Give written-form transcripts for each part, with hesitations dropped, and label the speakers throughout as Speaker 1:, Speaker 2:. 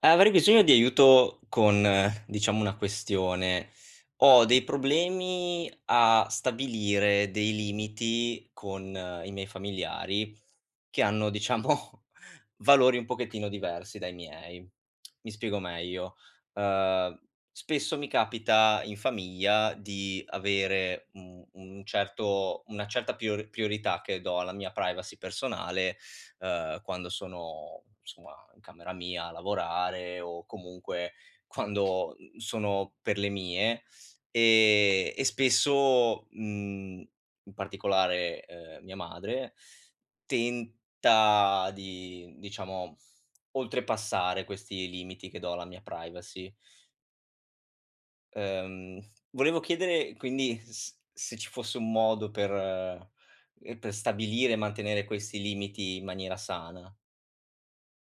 Speaker 1: Avrei bisogno di aiuto con, diciamo, una questione. Ho dei problemi a stabilire dei limiti con i miei familiari che hanno, diciamo, valori un pochettino diversi dai miei. Mi spiego meglio. Ehm, Spesso mi capita in famiglia di avere un certo una certa priorità che do alla mia privacy personale, quando sono insomma in camera mia a lavorare o comunque quando, sono per le mie, e spesso, in particolare, mia madre tenta di, diciamo, oltrepassare questi limiti che do alla mia privacy. Ehm, Volevo chiedere quindi s se ci fosse un modo per, per stabilire e mantenere questi limiti in maniera sana.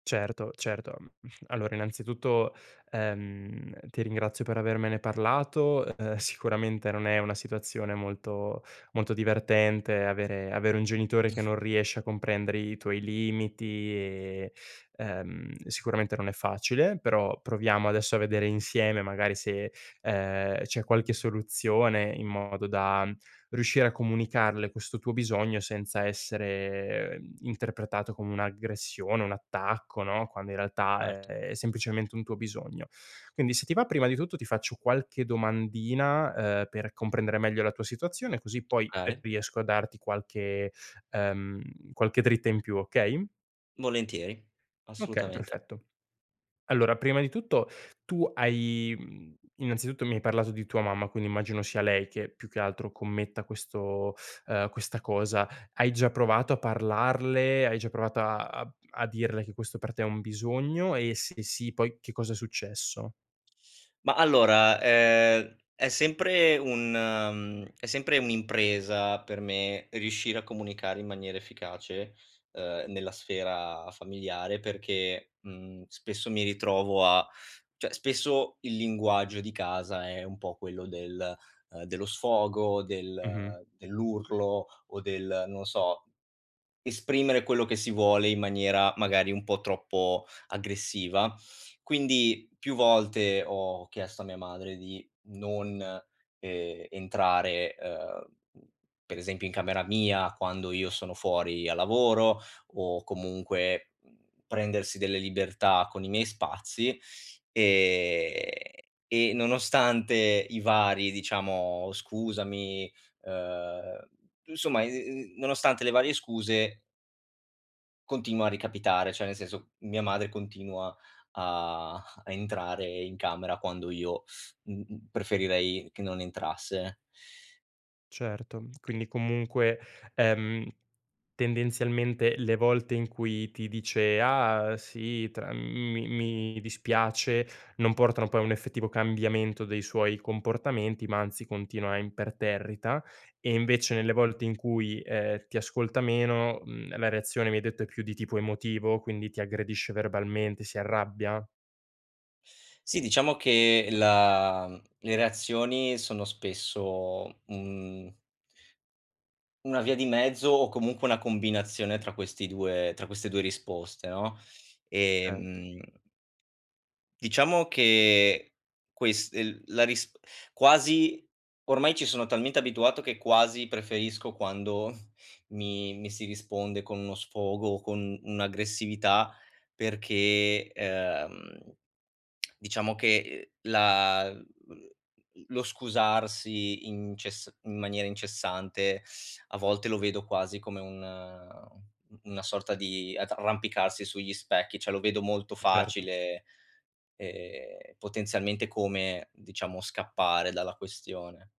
Speaker 2: Certo, certo. Mhmm, allora innanzitutto, ti ringrazio per avermene parlato. Sicuramente non è una situazione molto molto divertente avere un genitore che non riesce a comprendere i tuoi limiti e, sicuramente non è facile, però proviamo adesso a vedere insieme magari se, c'è qualche soluzione in modo da riuscire a comunicarle questo tuo bisogno senza essere, interpretato come un'aggressione, un attacco, no, quando in realtà
Speaker 1: Certo.
Speaker 2: è semplicemente un tuo bisogno. Quindi se ti va, prima di tutto ti faccio qualche domandina, per comprendere meglio la tua situazione, così poi
Speaker 1: Okay,
Speaker 2: riesco a darti qualche dritta in più, okay?
Speaker 1: volentieri,
Speaker 2: Okay,
Speaker 1: assolutamente.
Speaker 2: perfetto. Allora, prima di tutto tu hai innanzitutto mi hai parlato di tua mamma, quindi immagino sia lei che più che altro commetta questo questa cosa. Hai già provato a parlarle? Hai già provato a dirle che questo per te è un bisogno e se sì, poi che cosa è successo?
Speaker 1: Ma allora, è è sempre un'impresa per me riuscire a comunicare in maniera efficace, nella sfera familiare perché, spesso mi ritrovo a, cioè spesso il linguaggio di casa è un po' quello del, dello sfogo,
Speaker 2: Mh-mh,
Speaker 1: dell'urlo o del, non so, esprimere quello che si vuole in maniera magari un po' troppo aggressiva. Quindi più volte ho chiesto a mia madre di non, entrare, per esempio in camera mia quando io sono fuori a lavoro o comunque, prendersi delle libertà con i miei spazi, ehm, e nonostante i vari, diciamo, "scusami", uhm, insomma, nonostante le varie scuse continua a ricapitare, cioè nel senso, mia madre continua a entrare in camera quando io, preferirei che non entrasse.
Speaker 2: certo. Quindi comunque, ehm Tendenzialmente le volte in cui ti dice: "Ah sì, tra mi mi dispiace", non portano poi a un effettivo cambiamento dei suoi comportamenti, ma anzi continua imperterrita, e invece nelle volte in cui, ti ascolta meno, la reazione mi hai detto è più di tipo emotivo, quindi ti aggredisce verbalmente, si arrabbia?
Speaker 1: Sì, diciamo che le reazioni sono spesso, una via di mezzo o comunque una combinazione tra questi 2 tra queste 2 risposte, no,
Speaker 2: Certo,
Speaker 1: ehm diciamo che ques el la ris quasi ormai ci sono talmente abituato che quasi preferisco quando mi si risponde con uno sfogo o con un'aggressività perché, diciamo che, la l lo scusarsi incess in maniera incessante a volte lo vedo quasi come un u una sorta di arrampicarsi sugli specchi, cioè lo vedo molto
Speaker 2: certo.
Speaker 1: facile, potenzialmente come, diciamo, scappare dalla questione.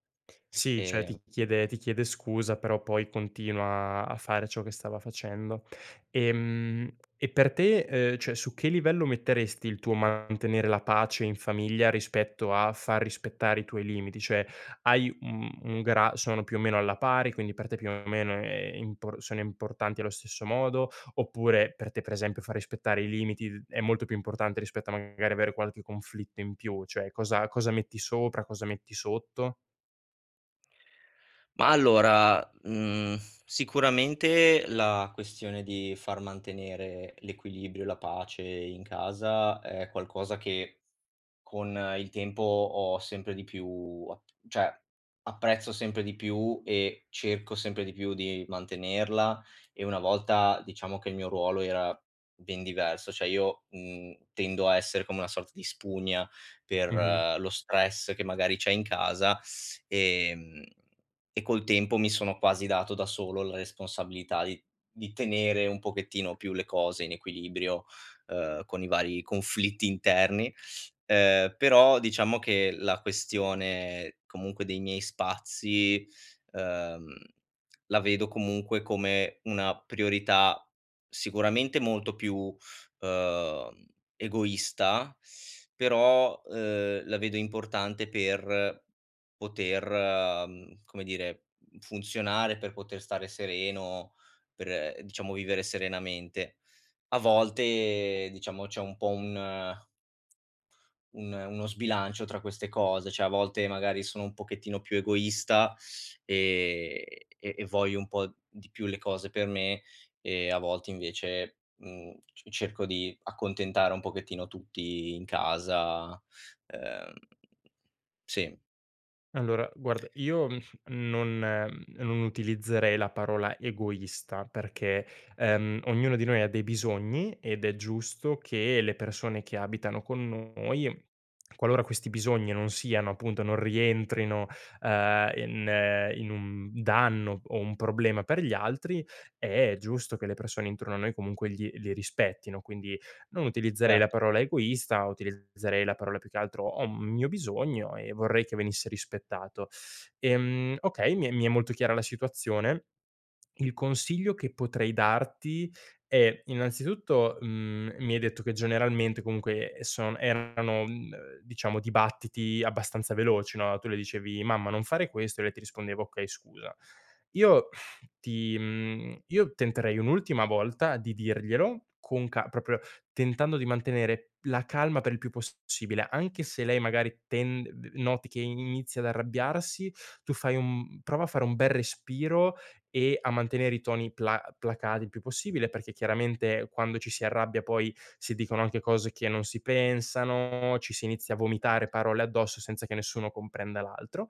Speaker 2: Sì, cioè
Speaker 1: Ehm,
Speaker 2: ti chiede scusa, però poi continua a fare ciò che stava facendo. E per te, cioè su che livello metteresti il tuo mantenere la pace in famiglia rispetto a far rispettare i tuoi limiti? Cioè hai un gra sono più o meno alla pari, quindi per te più o meno è impor sono importanti allo stesso modo, oppure per te per esempio far rispettare i limiti d è molto più importante rispetto a magari avere qualche conflitto in più? Cioè cosa metti sopra, cosa metti sotto?
Speaker 1: ma allora, sicuramente la questione di far mantenere l'equilibrio e la pace in casa è qualcosa che con, il tempo ho sempre di più a, cioè apprezzo sempre di più e cerco sempre di più di mantenerla, e una volta diciamo che il mio ruolo era ben diverso, cioè io, tendo a essere come una sorta di spugna per,
Speaker 2: Mh-mh.
Speaker 1: lo stress che magari c'è in casa, ehm, e col tempo mi sono quasi dato da solo la responsabilità di tenere un pochettino più le cose in equilibrio, con i vari conflitti interni. Però diciamo che la questione comunque dei miei spazi, ehm, la vedo comunque come una priorità sicuramente molto più, ehm, egoista, però, la vedo importante per poter, come dire, funzionare, per poter stare sereno, per, diciamo vivere serenamente. A volte diciamo c'è un po' un uno sbilancio tra queste cose, cioè a volte magari sono un pochettino più egoista, ehm, e voglio un po' di più le cose per me, e a volte invece, mhmm, c cerco di accontentare un pochettino tutti in casa, ehm sì,
Speaker 2: Allora, guarda, io, non utilizzerei la parola egoista perché, ognuno di noi ha dei bisogni ed è giusto che le persone che abitano con noi qualora questi bisogni non siano appunto non rientrino, in un danno o un problema per gli altri, è giusto che le persone intorno a noi comunque gli li rispettino. Quindi non utilizzerei la
Speaker 1: certo,
Speaker 2: parola egoista, utilizzerei la parola più che altro: "Ho un mio bisogno e vorrei che venisse rispettato". Okay, mi è molto chiara la situazione. Il consiglio che potrei darti. Innanzitutto, mi hai detto che generalmente comunque son erano, diciamo dibattiti abbastanza veloci, no, tu le dicevi: "Mamma non fare questo" e lei ti rispondeva: "Okay scusa". Io io tenterei un'ultima volta di dirglielo con ca proprio tentando di mantenere la calma per il più possibile, anche se lei magari ten noti che inizia ad arrabbiarsi, tu fai un prova a fare un bel respiro e a
Speaker 1: mh,
Speaker 2: mantenere i toni placati il più possibile, perché chiaramente quando ci si arrabbia poi si dicono anche cose che non si pensano, ci si inizia a vomitare
Speaker 1: certo,
Speaker 2: parole addosso senza che nessuno comprenda l'altro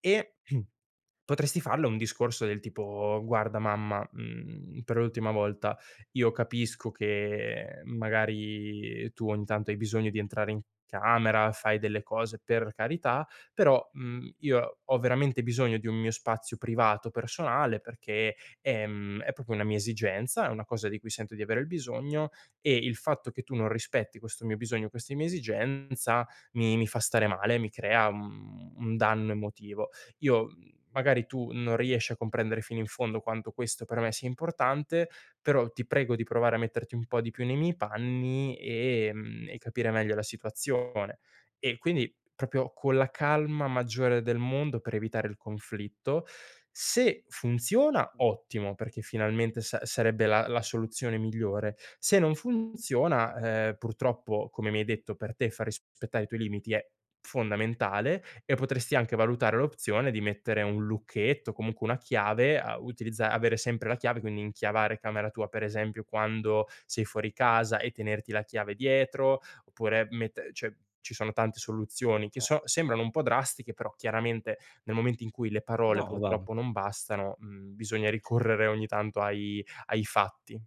Speaker 2: e potresti farle un discorso del tipo: "Guarda mamma, per l'ultima volta io capisco che magari tu ogni tanto hai bisogno di entrare in camera, fai delle cose, per carità, però, io ho veramente bisogno di un mio spazio privato personale perché, è proprio una mia esigenza, è una cosa di cui sento di avere il bisogno e il fatto che tu non rispetti questo mio bisogno, questa mia esigenza mi fa stare male, mi crea un danno emotivo. Io, magari tu non riesci a comprendere fino in fondo quanto questo per me sia importante, però ti prego di provare a metterti un po' di più nei miei panni, e capire meglio la situazione. E quindi proprio con la calma maggiore del mondo per evitare il conflitto. Se funziona, ottimo, perché finalmente sa sarebbe la soluzione migliore. Se non funziona, purtroppo, come mi hai detto, per te far rispettare i tuoi limiti è fondamentale e potresti anche valutare l'opzione di mettere un lucchetto, comunque una chiave, a utilizza avere sempre la chiave, quindi inchiavare camera tua, per esempio, quando sei fuori casa e tenerti la chiave dietro. Oppure mette cioè, ci sono tante soluzioni che
Speaker 1: certo.
Speaker 2: sembrano un po' drastiche, però chiaramente nel momento in cui le parole
Speaker 1: No, va
Speaker 2: purtroppo non bastano, bisogna ricorrere ogni tanto ai fatti.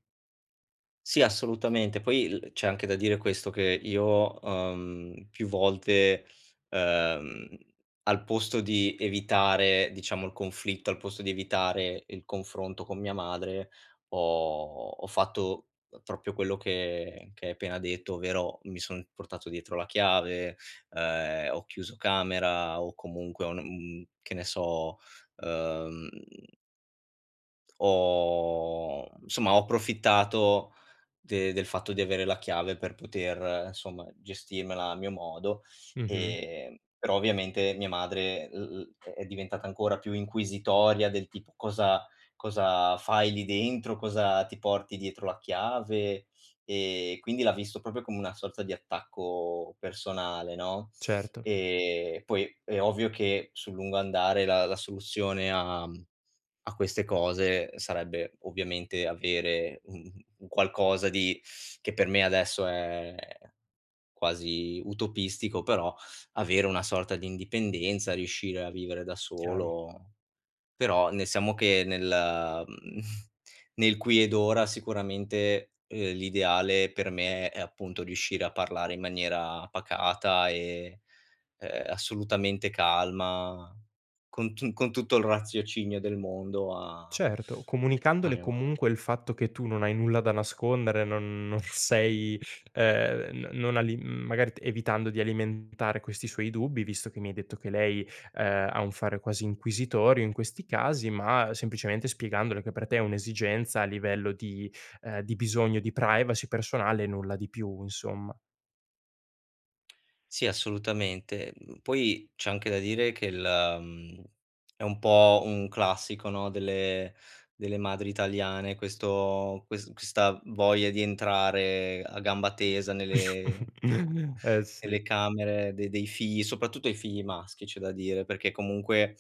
Speaker 1: sì, assolutamente. Poi il c'è anche da dire questo, che io, più volte, ehm, al posto di evitare, diciamo, il conflitto, al posto di evitare il confronto con mia madre, ho ho fatto proprio quello che hai appena detto, ovvero mi son portato dietro la chiave, ho chiuso camera o comunque che ne so, ehm, ho insomma ho approfittato de del fatto di avere la chiave per poter, insomma, gestirmela a mio modo.
Speaker 2: Mh-mh.
Speaker 1: Però ovviamente mia madre l l è diventata ancora più inquisitoria del tipo: "Cosa cosa fai lì dentro? Cosa ti porti dietro la chiave?" Quindi l'ha visto proprio come una sorta di attacco personale, no,
Speaker 2: Certo,
Speaker 1: poi è ovvio che sul lungo andare la soluzione a queste cose sarebbe ovviamente avere un qualcosa di, che per me adesso è quasi utopistico, però avere una sorta di indipendenza, riuscire a vivere da
Speaker 2: chiaro.
Speaker 1: solo. Però ne siamo che nel qui ed ora sicuramente, l'ideale per me è appunto riuscire a parlare in maniera pacata e, assolutamente calma, con tutto il raziocinio del mondo a,
Speaker 2: Certo,
Speaker 1: a
Speaker 2: comunicandole
Speaker 1: mia ma
Speaker 2: comunque il fatto che tu non hai nulla da nascondere, non sei n non ali magari t evitando di alimentare questi suoi dubbi, visto che mi hai detto che lei, ha un fare quasi inquisitorio in questi casi, ma semplicemente spiegandole che per te è un'esigenza a livello di di bisogno di privacy personale e nulla di più, insomma.
Speaker 1: sì, assolutamente. Mhmm, Poi c'è anche da dire che mhmm, è un po' un classico, no, delle madri italiane questo, questa voglia di entrare a gamba tesa nelle
Speaker 2: Eh sì.
Speaker 1: telecamere de dei figli, soprattutto i figli maschi c'è da dire, perché comunque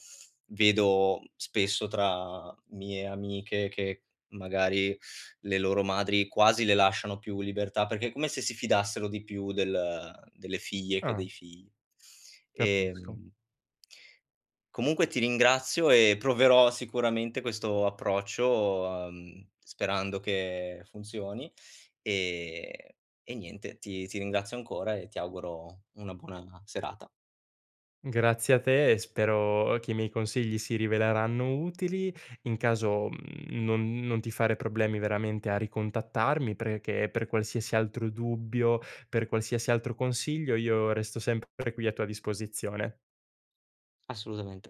Speaker 1: vedo spesso tra mie amiche che magari le loro madri quasi le lasciano più libertà, perché è come se si fidassero di più delle figlie che
Speaker 2: Ah,
Speaker 1: dei figli.
Speaker 2: capisco.
Speaker 1: Ehm Comunque ti ringrazio e proverò sicuramente questo approccio, sperando che funzioni, ehm, e niente, ti ringrazio ancora e ti auguro una buona serata.
Speaker 2: Grazie a te e spero che i miei consigli si riveleranno utili. In caso, non ti fare problemi veramente a ricontattarmi, perché per qualsiasi altro dubbio, per qualsiasi altro consiglio, io resto sempre qui a tua disposizione.
Speaker 1: Assolutamente.